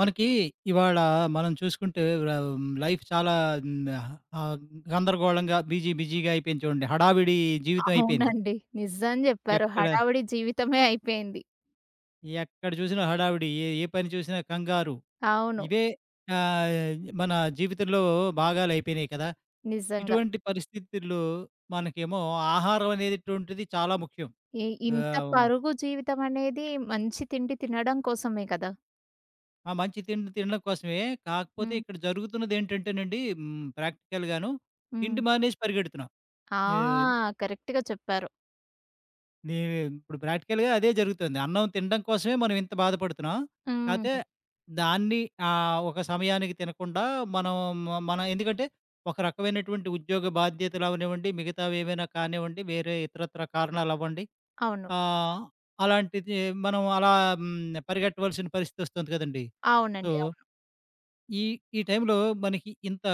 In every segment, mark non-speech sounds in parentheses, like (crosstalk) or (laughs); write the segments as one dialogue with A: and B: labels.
A: మనకి ఇవాళ మనం చూసుకుంటే లైఫ్ చాలా మ్, ఆ, గందరగోళంగా బిజీ బిజీగా అయిపోయింది చూడండి. హడావిడి జీవితం అయిపోయింది.
B: అవునండి. నిజం జెప్పారు.
A: ఎక్కడ
B: హడావిడి జీవితమే అయిపోయింది.
A: ఎక్కడ చూసినా హడావిడి, ఏ ఏ పని చూసినా కంగారు
B: అవును.
A: ఇవే ఆ, మన జీవితంలో భాగాలు అయిపోయినాయి కదా.
B: నిజంగా.
A: ఇటువంటి పరిస్థితుల్లో మనకేమో ఆహారం అనేటువంటిది చాలా ముఖ్యం.
B: ఇ
A: ఆ,
B: ఇంత పరుగు జీవితం అనేది మంచి తిండి తినడం కోసమే కదా!
A: ఆ మంచి తిండి తినడం కోసమే. కాకపోతే
B: హ్మ్.
A: ఇక్కడ జరుగుతున్నది ఏంటంటేనండి, practical గాను
B: హ్మ్.
A: తిండి మానేసి పరిగెడుతున్నాం.
B: ఆ! కరెక్ట్‌గా చెప్పారు.
A: నీ ఇప్పుడు ప్రాక్టికల్‌గా అదే జరుగుతుంది. అన్నం తినడం కోసమే మనం ఇంత బాధపడుతున్నాం. కాతే
B: హ్మ్.
A: దాన్ని ఒక సమయానికి తినకుండా మనం, మనం ఎందుకంటే ఒక రకమైనటువంటి ఉద్యోగ బాధ్యతలు అవనివ్వండి, మిగతావేమైనా కానివ్వండి, వేరే ఇతరత్ర కారణాలు అవ్వండి.
B: అవును.
A: ఆహ్, అలాంటిది మనం అలా పరిగెట్టవలసిన పరిస్థితొస్తుంది కదండీ! సో
B: అవునండి. అవును.
A: ఈ, ఈ టైంలో మనకి ఇంత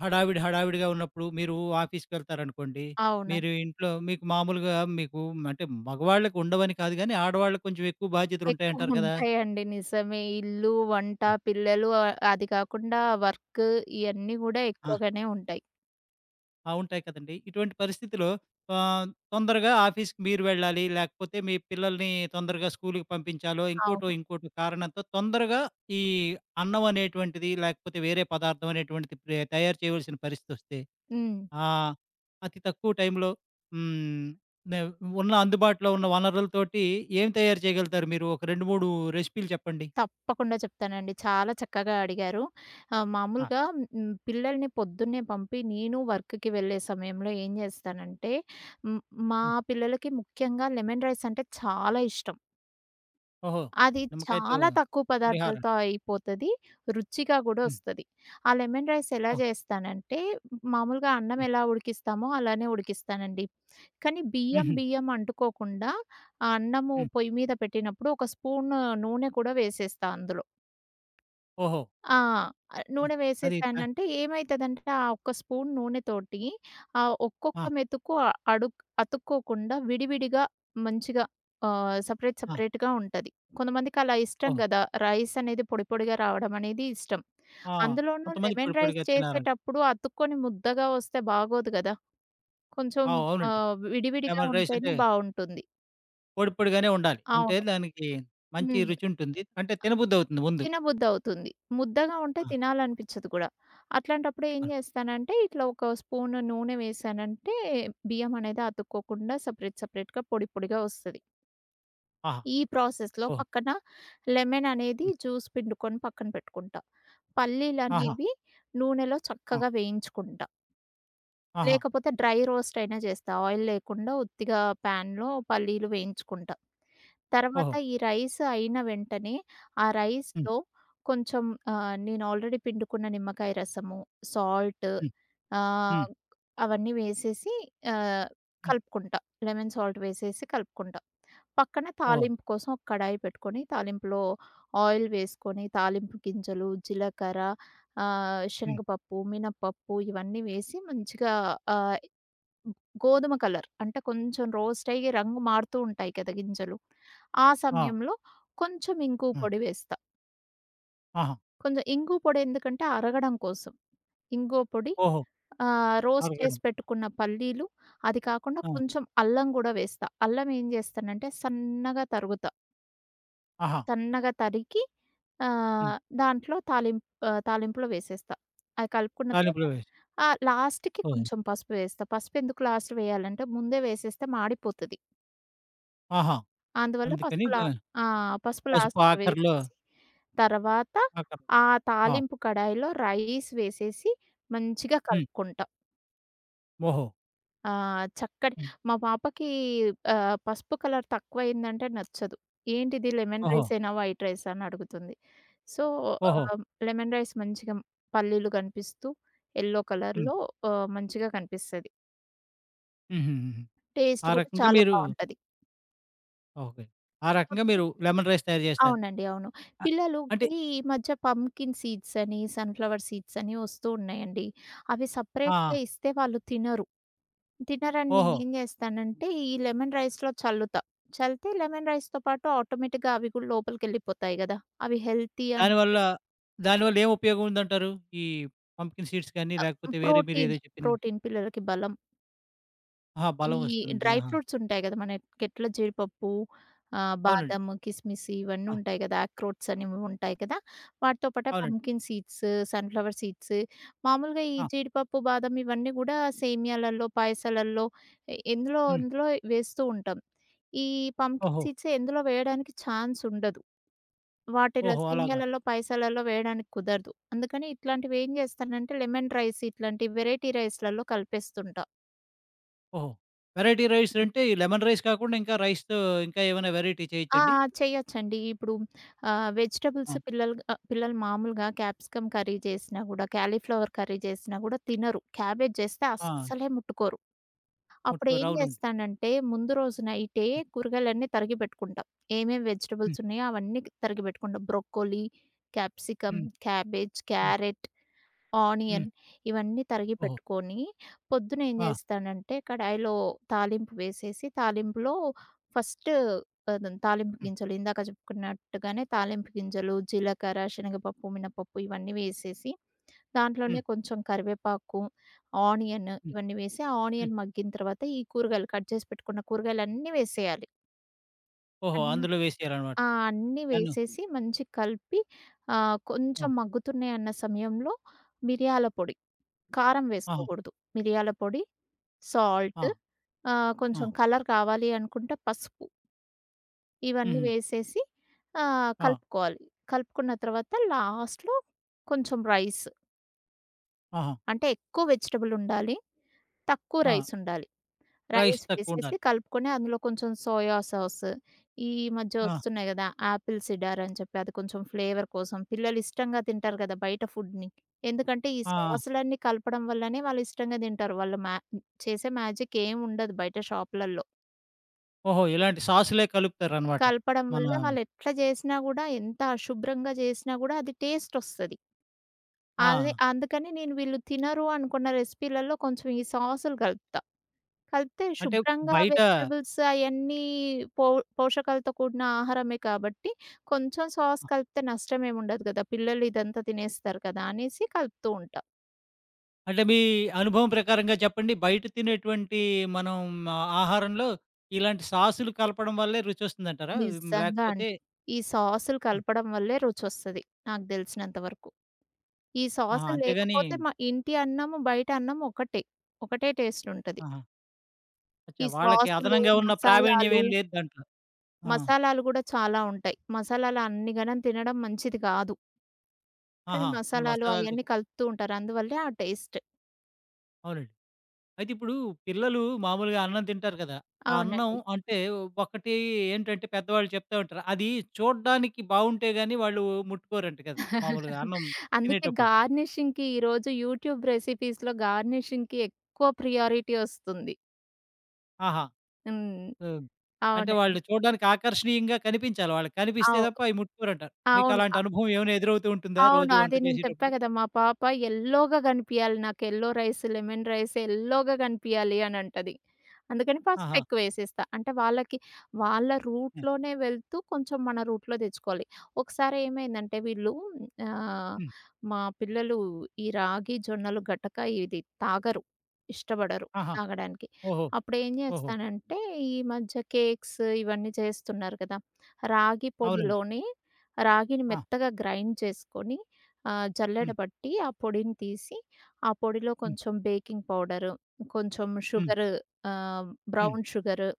A: హడావిడి హడావిడిగా ఉన్నప్పుడు మీరు ఆఫీస్‌కి వెళ్తారనుకోండి. మీరు
B: అవునండి.
A: ఇంట్లో మీకు మామూలుగా మీకు అంటే మగవాళ్ళకి ఉండవని కాదు గానీ, ఆడవాళ్ళకి కొంచెం ఎక్కువ బాధ్యతలుంటాయంటారు కదా!
B: ఎక్కువుంటాయండి. నిజమే. ఇల్లు, వంట,
A: హ్మ్.
B: పిల్లలు అది కాకుండా వర్క్ ఇయన్నీ గూడా
A: ఆ!
B: ఎక్కువగానే ఉంటాయి.
A: ఆ! ఉంటాయి కదండీ. ఇటువంటి పరిస్థితిలో ఆహ్, తొందరగా ఆఫీస్‌కి మీరు వెళ్ళాలి. లేకపోతే మీ పిల్లల్ని తొందరగా స్కూలుకి పంపించాలో, ఇంకోటో
B: అవును.
A: ఇంకోటో కారణంతో తొందరగా ఈ అన్నం అనేటువంటిది, లేకపోతే వేరే పదార్థం అనేటువంటిది తయారు చేయవలసిన పరిస్థితొస్తే
B: హ్మ్.
A: ఆ! అతి తక్కువ టైంలో హ్మ్. నే ఉన్న, అందుబాటులో ఉన్న వనరులతోటి ఏం తయారు చేయగలుగుతారు మీరు? ఒక 2, 3 రెసిపీలు చెప్పండి.
B: తప్పకుండా చెప్తానండి. చాలా చక్కగా అడిగారు.
A: ఆ!
B: మామూలుగా పిల్లల్ని పొద్దున్నే పంపి నేను వర్క్‌కి వెళ్ళే సమయంలో ఏం చేస్తానంటే, హ్మ్, మా
A: హ్మ్.
B: పిల్లలకి ముఖ్యంగా లెమన్ రైస్ అంటే చాలా ఇష్టం.
A: ఓహో!
B: అది
A: నిమ్మకాయతో
B: చాలా తక్కువ
A: పులిహార.
B: పదార్థాలతో అయిపోతది. రుచిగా గూడా
A: హ్మ్.
B: ఒస్తది. ఆ లెమన్ రైస్ ఎలా
A: ఓహ్!
B: చేస్తానంటే, మామూలుగా అన్నం
A: హ్మ్.
B: ఎలా ఉడికిస్తామో అలానే ఉడికిస్తానండి. కానీ బియ్యం,
A: హుహు.
B: బియ్యం అంటుకోకుండా ఆ అన్నము
A: హ్మ్.
B: పొయ్యి మీద పెట్టినప్పుడు ఒక స్పూను నూనె కూడా వేసేస్తా అందులో.
A: ఓహో!
B: ఆ!
A: హ్మ్.
B: నూనె
A: అది త
B: వేసేసానంటే ఏమైతదంటే, ఆ ఒక్క స్పూన్ నూనెతోటి ఆ ఒక్కొక్క
A: ఆ!
B: మెతుకు అతుక్కోకుండా విడివిడిగా మంచిగా సెపరేట్
A: ఆ!
B: సెపరేట్‌గా ఉంటది. కొంతమందికి అలా ఇష్టం
A: ఓహో!
B: గదా! రైస్ అనేది పొడి పొడిగా రావడం అనేది ఇష్టం.
A: ఆ!
B: అందులోనూ
A: కొంతమంది పొడి
B: లెమన్ రైస్
A: పొడిగా తినాలని.
B: చేసేటప్పుడు అతుక్కొని ముద్దగా వస్తే బాగోదు గదా! కొంచెం
A: ఆ! అవునండి.
B: విడివిడిగా
A: లెమన్ రైస్ అంటే
B: ఉంటేనే బావుంటుంది.
A: పొడి పొడిగానే ఉండాలి. ఉంటే
B: అవును.
A: దానికి మంచి
B: హ్మ్.
A: రుచి ఉంటుంది. అంటే తినబుద్దవుతుంది ముందు.
B: తినబుద్దవుతుంది. ముద్దగా ఉంటే
A: ఆ!
B: తినాలనిపిచ్చదు కూడా. అట్లాంటప్పుడు ఏం
A: ఆ!
B: జేస్తానంటే, ఇట్లా ఒక స్పూను నూనె వేశానంటే, బియ్యం అనేది అతుక్కోకుండా సపరేట్‌గా పొడి పొడిగా ఒస్తది.
A: ఆహా!
B: ఈ ప్రాసెస్‌లో
A: ఓహ్!
B: పక్కన లెమన్ అనేది
A: హ్మ్.
B: జ్యూస్ పిండుకొని పక్కన పెట్టుకుంటా.
A: ఆహా!
B: పల్లీలనేవి నూనెలో
A: ఆ!
B: చక్కగా వేయించుకుంటా.
A: ఆహా!
B: లేకపోతే డ్రై రోస్ట్ అయినా జేస్తా. ఆయిల్ లేకుండా ఉత్తిగా ప్యాన్‌లో పల్లీలు వేయించుకుంటా. తర్వాత
A: ఓహో!
B: ఈ రైస్ అయిన వెంటనే, ఆ
A: హ్మ్.
B: రైస్‌లో కొంచెం నేను ఆల్రెడీ పిండుకున్న నిమ్మకాయ రసము, సాల్ట్
A: హ్మ్. హ్మ్.
B: ఆహ్, అవన్నీ వేసేసి ఆహ్,
A: హ్మ్.
B: కలుపుకుంటా. లెమన్ సాల్ట్ వేసేసి కలుపుకుంటా. పక్కన
A: ఓహ్!
B: తాలింపు కోసం ఒక కడాయి పెట్టుకొని, తాలింపులో ఆయిల్ వేసుకొని, తాలింపు గింజలు, జీలకర్ర,
A: హ్మ్.
B: శనగపప్పు, మినపప్పు ఇవన్నీ వేసి మంచిగా ఆహ్, గోధుమ కలర్. అంటే కొంచెం రోస్ట్ అయ్యి రంగు మారుతూ ఉంటాయి కదా గింజలు. ఆ
A: ఆ!
B: సమయంలో కొంచెం ఇంగువ
A: ఆ!
B: పొడి వేస్తా.
A: ఆహా!
B: కొంచెం ఇంగువ పొడి ఎందుకంటే అరగడం కోసం. ఇంగువ పొడి
A: ఓహో!
B: రోస్ట్
A: అరగడం.
B: చేసి పెట్టుకున్న పల్లీలు, అది కాకుండా
A: ఆ!
B: కొంచెం అల్లం గూడా వేస్తా. అల్లం ఏం చేస్తానంటే సన్నగా తరుగుతా.
A: ఆహా!
B: సన్నగా తరిగి
A: హ్మ్.
B: ఆహ్, దాంట్లో తాలింపులో వేసేస్తా. అది కలుపుకున్న తర్వాత
A: కాలిఫ్లవర్స్.
B: ఆ! లాస్ట్‌కి
A: ఓహో!
B: కొంచెం పసుపు వేస్తా. పసుపు ఎందుకు లాస్ట్‌లో వేయాలంటే ముందే వేసేస్తే మాడిపోతది.
A: ఆహా!
B: అందువల్ల
A: అందుకని
B: పసుపు
A: వ
B: లా ఆ! పసుపు
A: పసుపు
B: లాస్ట్‌లో
A: ఆఖరిలో.
B: వేసేసి, తర్వాత
A: ఆఖరిలో.
B: ఆ
A: ఆ!
B: తాలింపు కడాయిలో రైస్ వేసేసి మంచిగా
A: హ్మ్.
B: కలుపుకుంటాం.
A: ఓహో!
B: ఆహ్, చక్కటి
A: హ్మ్.
B: మా పాపకి పసుపు కలర్ తక్కువయిందంటే నచ్చదు. ఏంటిది లెమన్
A: ఓహో!
B: రైసేనా? వైట్ రైసా? అని అడుగుతుంది. సో,
A: ఓహో!
B: ఆహ్, లెమన్ రైస్ మంచిగా పల్లీలు కనిపిస్తూ యెల్లో
A: హ్మ్.
B: కలర్‌లో మంచిగా కనిపిస్తది.
A: హుహుహుహు.
B: టేస్ట్
A: ఆ
B: కూడా
A: రకంగా
B: చాలా
A: మీరు
B: బావుంటది.
A: ఓకే. ఆ రకంగా మీరు లెమన్ రైస్ తయారు చేస్తారు.
B: అవునండి. అవును.
A: అ అంటే
B: పిల్లలుకి ఈ మధ్య పంకిన్ సీడ్స్ అని, సన్‌ఫ్లవర్ సీడ్స్ అని వస్తూ ఉన్నాయండి. అవి
A: ఆ!
B: సెపరేట్‌గా ఇస్తే వాళ్ళు తినరు. తినరని
A: ఓహో!
B: నేనేం చేస్తానంటే ఈ లెమన్ రైస్‌లో చల్లుతా. చల్లితే లెమన్ రైస్‌తో పాటు ఆటోమేటిక్‌గా అవి కూడా లోపలికెళ్ళిపోతాయి గదా! అవి హెల్తీ అని
A: దానివల్ల దానివల్ల ఏం ఉపయోగం ఉందంటారు? ఈ పంప్కిన్ సీడ్స్ కానీ,
B: ఆహ్,
A: లేకపోతే వేరే
B: ప్రోటీన్,
A: మీరేదో చెప్పింది.
B: ప్రోటీన్ పిల్లలకి బలం.
A: ఆహా!
B: ఈ
A: బలం వస్తుంది.
B: డ్రై
A: ఆహా!
B: ఫ్రూట్స్ ఉంటాయి గదా! మనకెట్లా జీడిపప్పు,
A: అవునండి.
B: బాదం, కిస్మిస్ ఇవన్నీ
A: ఆ!
B: ఉంటాయి గదా! అక్రోట్స్ అని ఉంటాయి కదా! వాటితో పాటే
A: అవునండి.
B: పంకిన్ సీడ్స్, సన్‌ఫ్లవర్ సీడ్స్ మామూలుగా ఈ
A: ఆ!
B: జీడిపప్పు, బాదం ఇవన్నీ గూడా సేమియాలల్లో, పాయసాలల్లో ఎందులో
A: హ్మ్.
B: అందులో వేస్తూ ఉంటాం. ఈ పంకిన్
A: ఓహో!
B: సీడ్స్ ఎందులో వేయడానికి ఛాన్స్ ఉండదు. వాటిలో
A: ఓహో! అలాగా.
B: సేమియాలలో, పాయసాలలో వేయడానికి కుదరదు. అందుకని ఇట్లాంటివేం జేస్తానంటే లెమన్ రైస్ ఇట్లాంటి వెరైటీ రైస్‌లలో కలిపేస్తుంటా.
A: ఓహో! వెరైటీ రైస్ అంటే ఈ లెమన్ రైస్ కాకుండా ఇంకా రైస్‌తో ఇంకా ఏమైనా వెరైటీ
B: ఆ!
A: చేయొచ్చండి?
B: ఆ! చేయొచ్చండి. ఇప్పుడు
A: ఆ!
B: వెజిటబుల్స్ పిల్లలు మామూలుగా క్యాప్సికమ్ కర్రీ చేసినా గూడా, కాలీఫ్లవర్ కర్రీ చేసినా గూడా తినరు. క్యాబేజ్ చేస్తే
A: ఆ!
B: అస్సలే ముట్టుకోరు.
A: ముట్టుకూర
B: అప్పుడేం
A: అవునండి.
B: చేస్తానంటే, ముందు రోజు నైటే కూరగాయలన్నీ తరిగి పెట్టుకుంటా. ఏమేమి
A: హ్మ్.
B: వెజిటబుల్స్ ఉన్నాయో అవన్నీ తరిగి పెట్టుకుంటా. బ్రొక్కోలి, క్యాప్సికమ్,
A: హ్మ్.
B: క్యాబేజ్,
A: హ్మ్.
B: క్యారెట్
A: హ్మ్.
B: ఆనియన్ ఇవన్నీ తరిగి
A: ఓహో!
B: పెట్టుకొని, పొద్దున ఏం
A: ఆ!
B: చేస్తానంటే కడాయిలో తాలింపు వేసేసి, తాలింపులో ఫస్ట్ తాలింపు
A: హ్మ్.
B: గింజలు ఇందాక చెప్పుకున్నట్టుగానే తాలింపు గింజలు, జీలకర్ర, శనగపప్పు, మినపప్పు ఇవన్నీ వేసేసి, దాంట్లోనే
A: హ్మ్.
B: కొంచెం కరివేపాకు, ఆనియన్
A: హ్మ్.
B: ఇవన్నీ వేసి, ఆ
A: హ్మ్.
B: ఆనియన్ మగ్గిన తర్వాత ఈ కూరగాయలు కట్ చేసి పెట్టుకున్న కూరగాయలన్నీ వేసేయాలి.
A: ఓహో!
B: అన్
A: అందులో వేసేయాలనమాట.
B: ఆ! అన్నీ
A: దాన్ని
B: వేసేసి మంచిగా కలిపి కొంచెం
A: ఓహ్!
B: మగ్గుతున్నాయన్న సమయంలో మిరియాల పొడి కారం
A: ఆహా!
B: వేసుకోకూడదు. మిరియాల పొడి, సాల్ట్
A: ఆ! ఆ!
B: కొంచెం కలర్ కావాలి అనుకుంటే పసుపు ఇవన్నీ
A: హుహు.
B: వేసేసి
A: ఆ!
B: కలుపుకోవాలి. కలుపుకున్న తర్వాత లాస్ట్‌లో కొంచెం రైస్.
A: ఆహా!
B: అంటే ఎక్కువ వెజిటబుల్ ఉండాలి. తక్కువ
A: ఆ!
B: రైస్ ఉండాలి.
A: రైస్
B: రైస్ వేసేసి
A: తక్కువుండాలి.
B: కలుపుకొని అందులో కొంచెం సోయా సాస్. ఈ మధ్య
A: ఆ!
B: వస్తున్నాయి గదా! ఆపిల్ సిడార్ అని చెప్పి అది కొంచెం ఫ్లేవర్ కోసం. పిల్లలు ఇష్టంగా తింటారు గదా! బయట ఫుడ్‌ని. ఎందుకంటే ఈ
A: ఆ!
B: సాసులన్నీ కలపడం వల్లనే వాళ్ళు ఇష్టంగా తింటారు. వాళ్ళు మ్యా చేసే మ్యాజిక్ ఏం ఉండదు బయట షాపులల్లో.
A: ఓహో! ఇలాంటి సాసులే కలుపుతారనమాట.
B: కలపడం
A: మన
B: వల్ల వాళ్ళు ఎట్లా జేసినా గూడా ఎంత అశుభ్రంగా జేసినా గూడా అది టేస్ట్ ఒస్తది.
A: ఆ!
B: అదే అందుకని నేను వీళ్ళు తినరు అనుకున్న రెసిపీలలో కొంచెం ఈ సాసులు కలుపుతా. కలిపితే
A: అంటే
B: శుభ్రంగా
A: బయట
B: వెజిటబుల్స్ అయన్నీ పో పోషకాలతో కూడిన ఆహారమే కాబట్టి, కొంచెం సాస్ కలిపితే నష్టమేముండదు గదా! పిల్లలు ఇదంతా తినేస్తారు కదా! అనేసి కలుపుతూ ఉంటాం.
A: అంటే మీ అనుభవం ప్రకారంగా చెప్పండి. బయట తినేటువంటి మనం ఆహారంలో ఇలాంటి సాసులు కలపడం వల్లే రుచొస్తుందంటారా? హ్మ్.
B: నిజంగా
A: లేకపోతే
B: అండి. ఈ సాసులు
A: ఆ!
B: కలపడం వల్లే రుచొస్తది. నాకు తెలిసినంత వరకు. ఈ
A: ఆహా!
B: సాసులు
A: అంతేగాని
B: లేకపోతే మా ఇంటి అన్నము, బయట అన్నం ఒకటే. ఒకటే టేస్ట్ ఉంటది.
A: ఆహా! అచ్చా!
B: ఈ
A: వాళ్ళకి
B: సాసులు,
A: అదనంగా ఉన్న ప్రావీణ్యం
B: మసాలాలు,
A: ఏం లేదు దాంట్లో. ఆ!
B: మసాలాలు గూడా చాలా ఉంటాయి. మసాలాలు అన్ని గనం తినడం మంచిది గాదు. కానీ
A: ఆహా! అంటే
B: మసాలాలు
A: మసాలాలు తె
B: అయన్నీ కలుపుతూ ఉంటారు. అందువల్లే ఆ టేస్ట్.
A: అవునండి. అయితే ఇప్పుడు పిల్లలు మామూలుగా అన్నం తింటారు కదా! ఆ అన్నం
B: అవునండి.
A: అంటే ఒకటి ఏంటంటే పెద్దవాళ్ళు చెప్తా ఉంటారు. అది చూడ్డానికి బావుంటే గాని వాళ్ళు ముట్టుకోరంట కదా! మామూలుగా అన్నం
B: అందుకే
A: తినేటప్పుడు.
B: గార్నిషింగ్‌కి ఈరోజు యూట్యూబ్ రెసిపీస్‌లో గార్నిషింగ్‌కి ఎక్కువ ప్రియారిటీ ఒస్తుంది.
A: ఆహా!
B: హ్మ్.
A: హ్మ్. అంటే
B: అవునండి.
A: వాళ్ళు చూడడానికి ఆకర్షణీయంగా కనిపించాలి. వాళ్ళకి కనిపిస్తే
B: అవును.
A: తప్ప అయి ముట్టుకోరంట.
B: అవును.
A: మీకలాంటి అనుభవం ఏమైనా ఎదురవుతూ ఉంటుందా
B: అవును.
A: రోజు వంట
B: అదే నేను చెప్పా
A: చేసేటప్పుడు?
B: కదా! మా పాప యెల్లోగా గనిపియాలి. నాకు యెల్లో రైస్, లెమన్ రైస్ యెల్లోగా గనిపియాలి అనంటది. అందుకని
A: ఆహా!
B: పసుపెక్కువేసేస్తా. అంటే వాళ్ళకి వాళ్ళ
A: హ్మ్.
B: రూట్‌లోనే వెళ్తూ కొంచెం మన రూట్‌లో తెచ్చుకోవాలి. ఒకసారి ఏమైందంటే ఆహ్,
A: హ్మ్.
B: మా పిల్లలు ఈ రాగి, జొన్నలు, గటక ఇది తాగరు. ఇష్టపడరు
A: ఆహా!
B: తాగడానికి.
A: ఓహో!
B: అప్పుడేం
A: ఓహో!
B: జేస్తానంటే ఈ మధ్య కేక్స్ ఇవన్నీ చేస్తున్నారు కదా! రాగి
A: అవునండి.
B: పొడిలోని రాగిని
A: ఆ!
B: మెత్తగా గ్రైండ్ చేసుకొని జల్లెడ
A: హ్మ్.
B: పట్టి ఆ పొడిని తీసి, ఆ పొడిలో
A: హ్మ్.
B: కొంచెం బేకింగ్ పౌడరు, కొంచెం
A: హ్మ్.
B: షుగరు ఆహ్,
A: హ్మ్.
B: బ్రౌన్ షుగరు,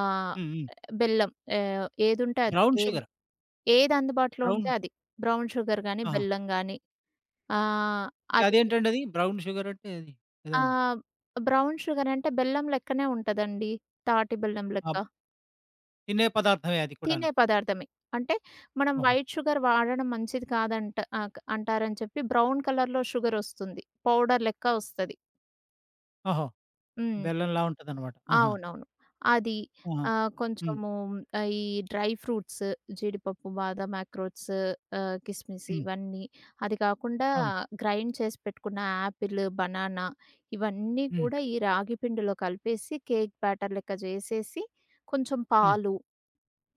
B: ఆహ్,
A: హ్మ్. హ్మ్.
B: బెల్లం ఏదుంటే అది.
A: బ్రౌన్
B: ఏది
A: షుగర్.
B: ఏది అందుబాటులో
A: బ్రౌన్
B: ఉంటే అది. బ్రౌన్ షుగర్ గాని,
A: ఆహా!
B: బెల్లం గాని ఆహ్,
A: అంటే
B: అది
A: అదేంటండి అది? బ్రౌన్ షుగర్ అంటే అది ఏదో
B: ఆహ్, బ్రౌన్ షుగర్ అంటే బెల్లం లెక్కనే ఉంటదండి. తాటి బెల్లం లెక్క.
A: ఆహ్, తినే పదార్థమే అది కూడాను.
B: తినే పదార్థమే. అంటే మనం
A: ఓహో!
B: వైట్ షుగర్ వాడడం మంచిది కాదంట ఆహ్, క్ అంటారని చెప్పి బ్రౌన్ కలర్‌లో షుగరొస్తుంది. పౌడర్ లెక్క వస్తది.
A: ఓహో!
B: హ్మ్.
A: బెల్లంలా ఉంటదనమాట. ఆహా!
B: అవునవును. అది
A: ఆహా! హ్మ్.
B: కొంచెము ఈ డ్రై ఫ్రూట్స్ జీడిపప్పు, బాదం, అక్రోట్స్, కిస్మిస్
A: హ్మ్.
B: ఇవన్నీ. అది కాకుండా
A: అవును.
B: గ్రైండ్ చేసి పెట్టుకున్న యాపిల్, బనానా ఇవన్నీ
A: హ్మ్.
B: కూడా ఈ రాగి పిండిలో కలిపేసి కేక్ బ్యాటర్ లెక్క చేసేసి కొంచెం
A: హ్మ్.
B: పాలు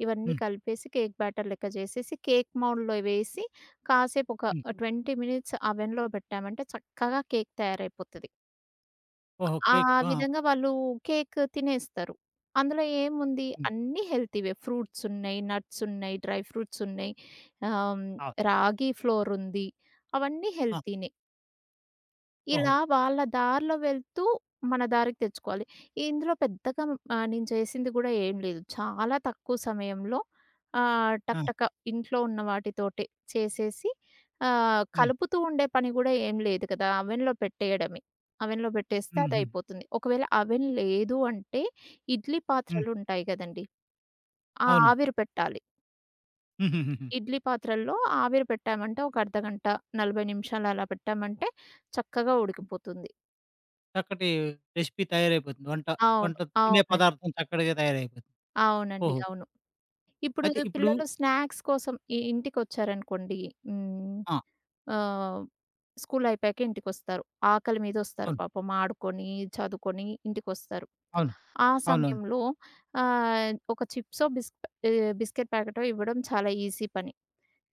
B: ఇవన్నీ
A: హ్మ్.
B: కలిపేసి కేక్ బ్యాటర్ లెక్క చేసేసి కేక్ మౌల్డ్‌లో వేసి కాసేపు ఒక
A: హ్మ్.
B: 20 మినిట్స్ అవెన్‌లో పెట్టామంటే చక్కగా కేక్ తయారైపోతది.
A: ఓహో!
B: ఆ
A: కేక్. ఆ!
B: విధంగా వాళ్ళు కేక్ తినేస్తారు. అందులో ఏముంది
A: హ్మ్.
B: అన్నీ హెల్తీవే. ఫ్రూట్స్ ఉన్నాయి, నట్స్ ఉన్నాయి, డ్రై ఫ్రూట్స్ ఉన్నాయి, ఆహ్,
A: ఆ!
B: రాగి ఫ్లోర్ ఉంది. అవన్నీ
A: ఆ!
B: హెల్తీనే.
A: ఓహో!
B: ఇలా వాళ్ళ దారిలో వెళ్తూ మన దారికి తెచ్చుకోవాలి. ఇందులో పెద్దగా నేను చేసింది గూడా ఏం లేదు. చాలా తక్కువ సమయంలో
A: ఆ!
B: టక్ టక ఇంట్లో ఉన్న వాటితోటే చేసేసి
A: హ్మ్.
B: కలుపుతూ ఉండే పని గూడా ఏం లేదు కదా! అవెన్‌లో పెట్టేయడమే. అవెన్‌లో పెట్టేస్తే
A: హుహు.
B: అదయిపోతుంది. ఒకవేళ అవెన్ లేదు అంటే ఇడ్లీ
A: హ్మ్.
B: పాత్రలుంటాయి గదండీ! ఆ
A: అవును.
B: ఆవిరి పెట్టాలి. ఇడ్
A: హుహుహుహు.
B: ఇడ్లీ పాత్రల్లో ఆవిరి పెట్టామంటే ఒక అర్ధగంట, 40 నిమిషాలు అలా పెట్టామంటే చక్కగా ఉడికిపోతుంది.
A: చక్కటి రెసిపీ తయారైపోతుంది. వంట,
B: అవును.
A: వంట తినే
B: అవునండి.
A: పదార్థం చక్కటిగా తయారైపోతుంది.
B: అవునండి.
A: ఓహో!
B: అవును. ఇప్పుడు
A: అయితే ఇప్పుడు
B: పిల్లలు స్నాక్స్ కోసం ఇంటికొచ్చారనుకోండి. హ్మ్.
A: ఆ!
B: ఆహ్, స్కూల్ అయిపోయాక ఇంటికొస్తారు. ఆకలి మీదొస్తారు
A: అవును.
B: పాపం ఆడుకొని, చదువుకొని ఇంటికొస్తారు.
A: అవును.
B: ఆ
A: అవునవును.
B: సమయంలో ఒక చిప్సో, బిస్కెట్ ప్యాకెటో ఇవ్వడం చాలా ఈజీ పని.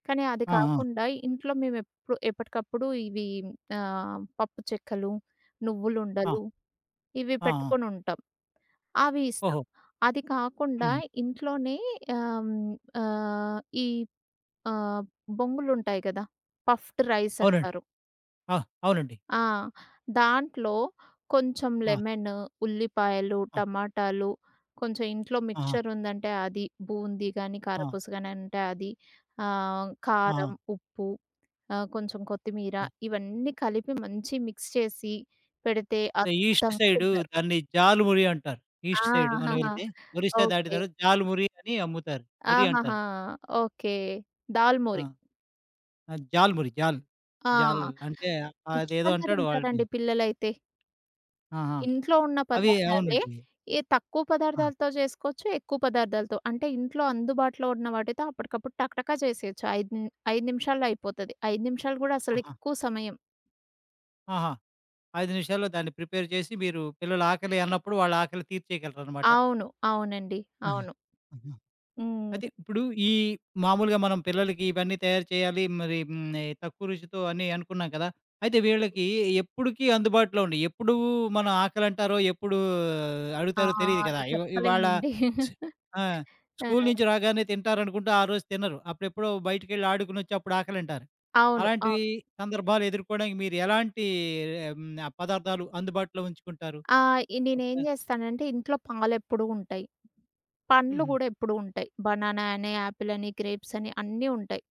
B: కానీ అది
A: ఆ! ఆ!
B: కాకుండా ఇంట్లో మేమెప్పుడు ఎప్పటికప్పుడు ఇవి పప్పు చెక్కలు,
A: ఆ!
B: నువ్వులుండలు ఇవి
A: ఆ! ఆ!
B: పెట్టుకొనుంటాం. అవి ఇస్తాం.
A: ఓహో!
B: అది కాకుండా
A: హుహు.
B: ఇంట్లోనే ఆహ్, హ్మ్, ఆహ్, ఈ ఆహ్, బొంగులుంటాయి గదా! పఫ్డ్ రైస్
A: అవునండి.
B: అంటారు.
A: ఆ! అవునండి.
B: ఆ! దాంట్లో కొంచెం
A: ఆ!
B: లెమన్, ఉల్లిపాయలు,
A: ఆ!
B: టమాటాలు, కొంచెం ఇంట్లో
A: ఆహా!
B: మిక్స్చర్ ఉందంటే అది, బూందీ గానీ,
A: ఆ!
B: కారపూస గానీ అంటే అది,
A: ఆ!
B: కారం, ఉప్పు, కొంచెం కొత్తిమీర
A: ఆ!
B: ఇవన్నీ కలిపి మంచి మిక్స్ చేసి పెడితే
A: ఈస్ట్
B: అద్భుతంగా
A: సైడు
B: తింటారు.
A: దాన్ని జాలుమురి అంటారు.
B: ఆ!
A: ఈస్ట్ సైడ్ మనం
B: (laughs)
A: వెళ్తే ఒరిస్సా దాటిన
B: ఓకే.
A: తర్వాత జాలుమురి అని అమ్ముతారు. మురి అంటారు.
B: ఆహాహా! ఓకే. దాల్
A: ఆ!
B: మూరి.
A: ఆ! జాల్మురి జాల్.
B: ఆ!
A: జాల్ అంటే అదేదో
B: ఇష్టంగా
A: అంటాడు వాడిని.
B: తింటారండి పిల్లలైతే.
A: ఆహా!
B: ఇంట్లో ఉన్న
A: అవి
B: పదార్థాలే.
A: అవునండి.
B: ఏ తక్కువ
A: ఆ!
B: పదార్థాలతో చేసుకోవచ్చు, ఎక్కువ పదార్థాలతో. అంటే ఇంట్లో అందుబాటులో ఉన్న వాటితో అప్పటికప్పుడు టకటకా చేసేయొచ్చు. 5 నిమిషాల్లో అయిపోతది. 5 నిమిషాలు గూడా అసలు
A: ఆహా!
B: ఎక్కువ సమయం.
A: ఆహా! 5 నిమిషాల్లో దాన్ని ప్రిపేర్ చేసి మీరు పిల్లలు ఆకలి అన్నప్పుడు వాళ్ళ ఆకలి తీర్చేయగలరనమాట.
B: అవును. అవునండి.
A: ఆహా!
B: అవును.
A: ఆహా! అయితే
B: హ్మ్.
A: ఇప్పుడు ఈ మామూలుగా మనం పిల్లలకి ఇవన్నీ తయారు చేయాలి. మరి హ్మ్. తక్కువ రుచితో అని అనుకున్నాం కదా! అయితే వీళ్ళకి ఎప్పుడుకి అందుబాటులో ఉండి, ఎప్పుడు మనం ఆకలంటారో, ఎప్పుడు
B: ఆ!
A: అడుగుతారో తెలీదు కదా!
B: అది
A: ఇవాళ
B: చెప్పలేమండి.
A: ఛీ! ఆ! స్కూలు నుంచి
B: ఆ!
A: రాగానే తింటారనుకుంటే ఆ రోజు తినరు. అప్పుడెప్పుడో బయటికెళ్ళి ఆడుకొనొచ్చి అప్పుడు ఆకలంటారు.
B: అవును.
A: అలాంటి
B: అవును.
A: సందర్భాలు ఎదుర్కోవడానికి మీరు ఎలాంటి హ్మ్. పదార్థాలు అందుబాటులో ఉంచుకుంటారు?
B: ఆహ్, ఇ నేనేం
A: ఒకసారి
B: జేస్తానంటే ఇంట్లో పాలెప్పుడు ఉంటాయి. పండ్లు
A: హుహు.
B: గూడా ఎప్పుడూ ఉంటాయి. బనానా అని, యాపిల్ అని, గ్రేప్స్ అని అన్నీ ఉంటాయి.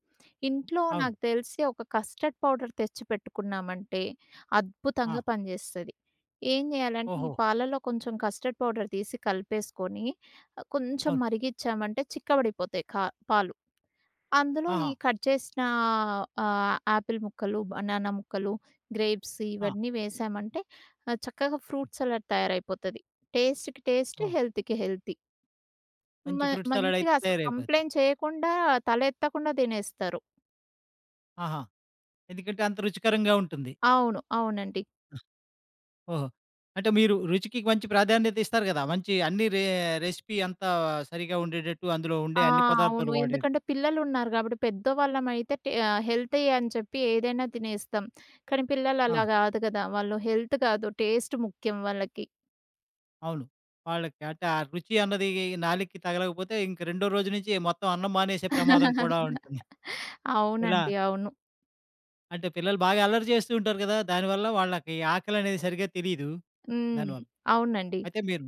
B: ఇంట్లో
A: అవును.
B: నాకు తెలిసి ఒక కస్టర్డ్ పౌడర్ తెచ్చి పెట్టుకున్నామంటే
A: ఆ!
B: అద్భుతంగా పనిజేస్తది. ఏం జేయాలంటే ఈ
A: ఓహో!
B: పాలలో కొంచెం కస్టర్డ్ పౌడర్ తీసి కలిపేసుకొని కొంచెం
A: అవును.
B: మరిగిచ్చామంటే చిక్కబడిపోతాయి పాలు. అందులో
A: ఆహా!
B: ఈ కట్ చేసిన యాపిల్ ముక్కలు, బనానా ముక్కలు, గ్రేప్స్
A: ఆ!
B: ఇవన్నీ వేసామంటే చక్కగా ఫ్రూట్ సలాడ్ తయారైపోతది. టేస్ట్‌కి టేస్ట్,
A: ఓహ్!
B: హెల్త్‌కి హెల్తీ. మ
A: మంచి ఫ్రూట్ సలాడ్
B: మంచిగా
A: అయితే
B: అసలు
A: తయారైపోద్ది.
B: కంప్లెయింట్ చేయకుండా, తలెత్తకుండా తినేస్తారు.
A: ఆహా! ఎందుకంటే అంత రుచికరంగా ఉంటుంది.
B: అవును. అవునండి.
A: ఓహో! అంటే మీరు రుచికి మంచి ప్రాధాన్యత ఇస్తారు గదా! మంచి అన్ని రెసిపీ అంతా సరిగ్గా ఉండేటట్టు అందులో
B: ఆ!
A: ఉండే అన్ని
B: అవును.
A: పదార్థాలు వాడే
B: ఎందుకంటే పిల్లలున్నారు గాబట్టి, పెద్దవాళ్ళమైతే హెల్తీ అని చెప్పి ఏదైనా తినేస్తాం. కానీ పిల్లలు
A: ఆ!
B: అలా గాదు గదా! వాళ్ళు హెల్త్ కాదు, టేస్ట్ ముఖ్యం వాళ్ళకి.
A: అవును. వాళ్ళకి అంటే ఆ రుచి అన్నది నాలుకకి తగలకపోతే ఇంక రెండో రోజు నుంచి మొత్తం అన్నం మానేసే ప్రమాదం కూడా ఉంటుంది. ఇలా
B: అవునండి. అవును.
A: అంటే పిల్లలు బాగా అల్లరి చేస్తూ ఉంటారు గదా! దానివల్ల వాళ్ళకి ఆకలనేది సరిగ్గా తెలీదు.
B: హ్మ్.
A: దానివల్ల.
B: అవునండి.
A: అయితే మీరు,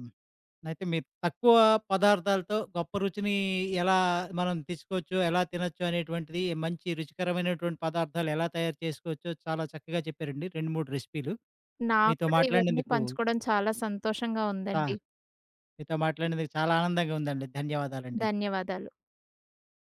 A: అయితే మీరు తక్కువ పదార్థాలతో గొప్ప రుచిని ఎలా మనం తెచ్చుకోవచ్చు, ఎలా తినొచ్చు అనేటువంటిది మంచి రుచికరమైనటువంటి పదార్థాలు ఎలా తయారు చేసుకోవచ్చో చాలా చక్కగా చెప్పారండి. 2, 3 రెసిపీలు.
B: నాకు
A: మీతో
B: కూడా ఇవన్నీ
A: మాట్లాడినందుకు
B: పంచుకోవడం చాలా సంతోషంగా
A: చా
B: ఉందండి.
A: మీతో మాట్లాడినందుకు చాలా ఆనందంగా ఉందండి. ధన్యవాదాలండి.
B: ధన్యవాదాలు.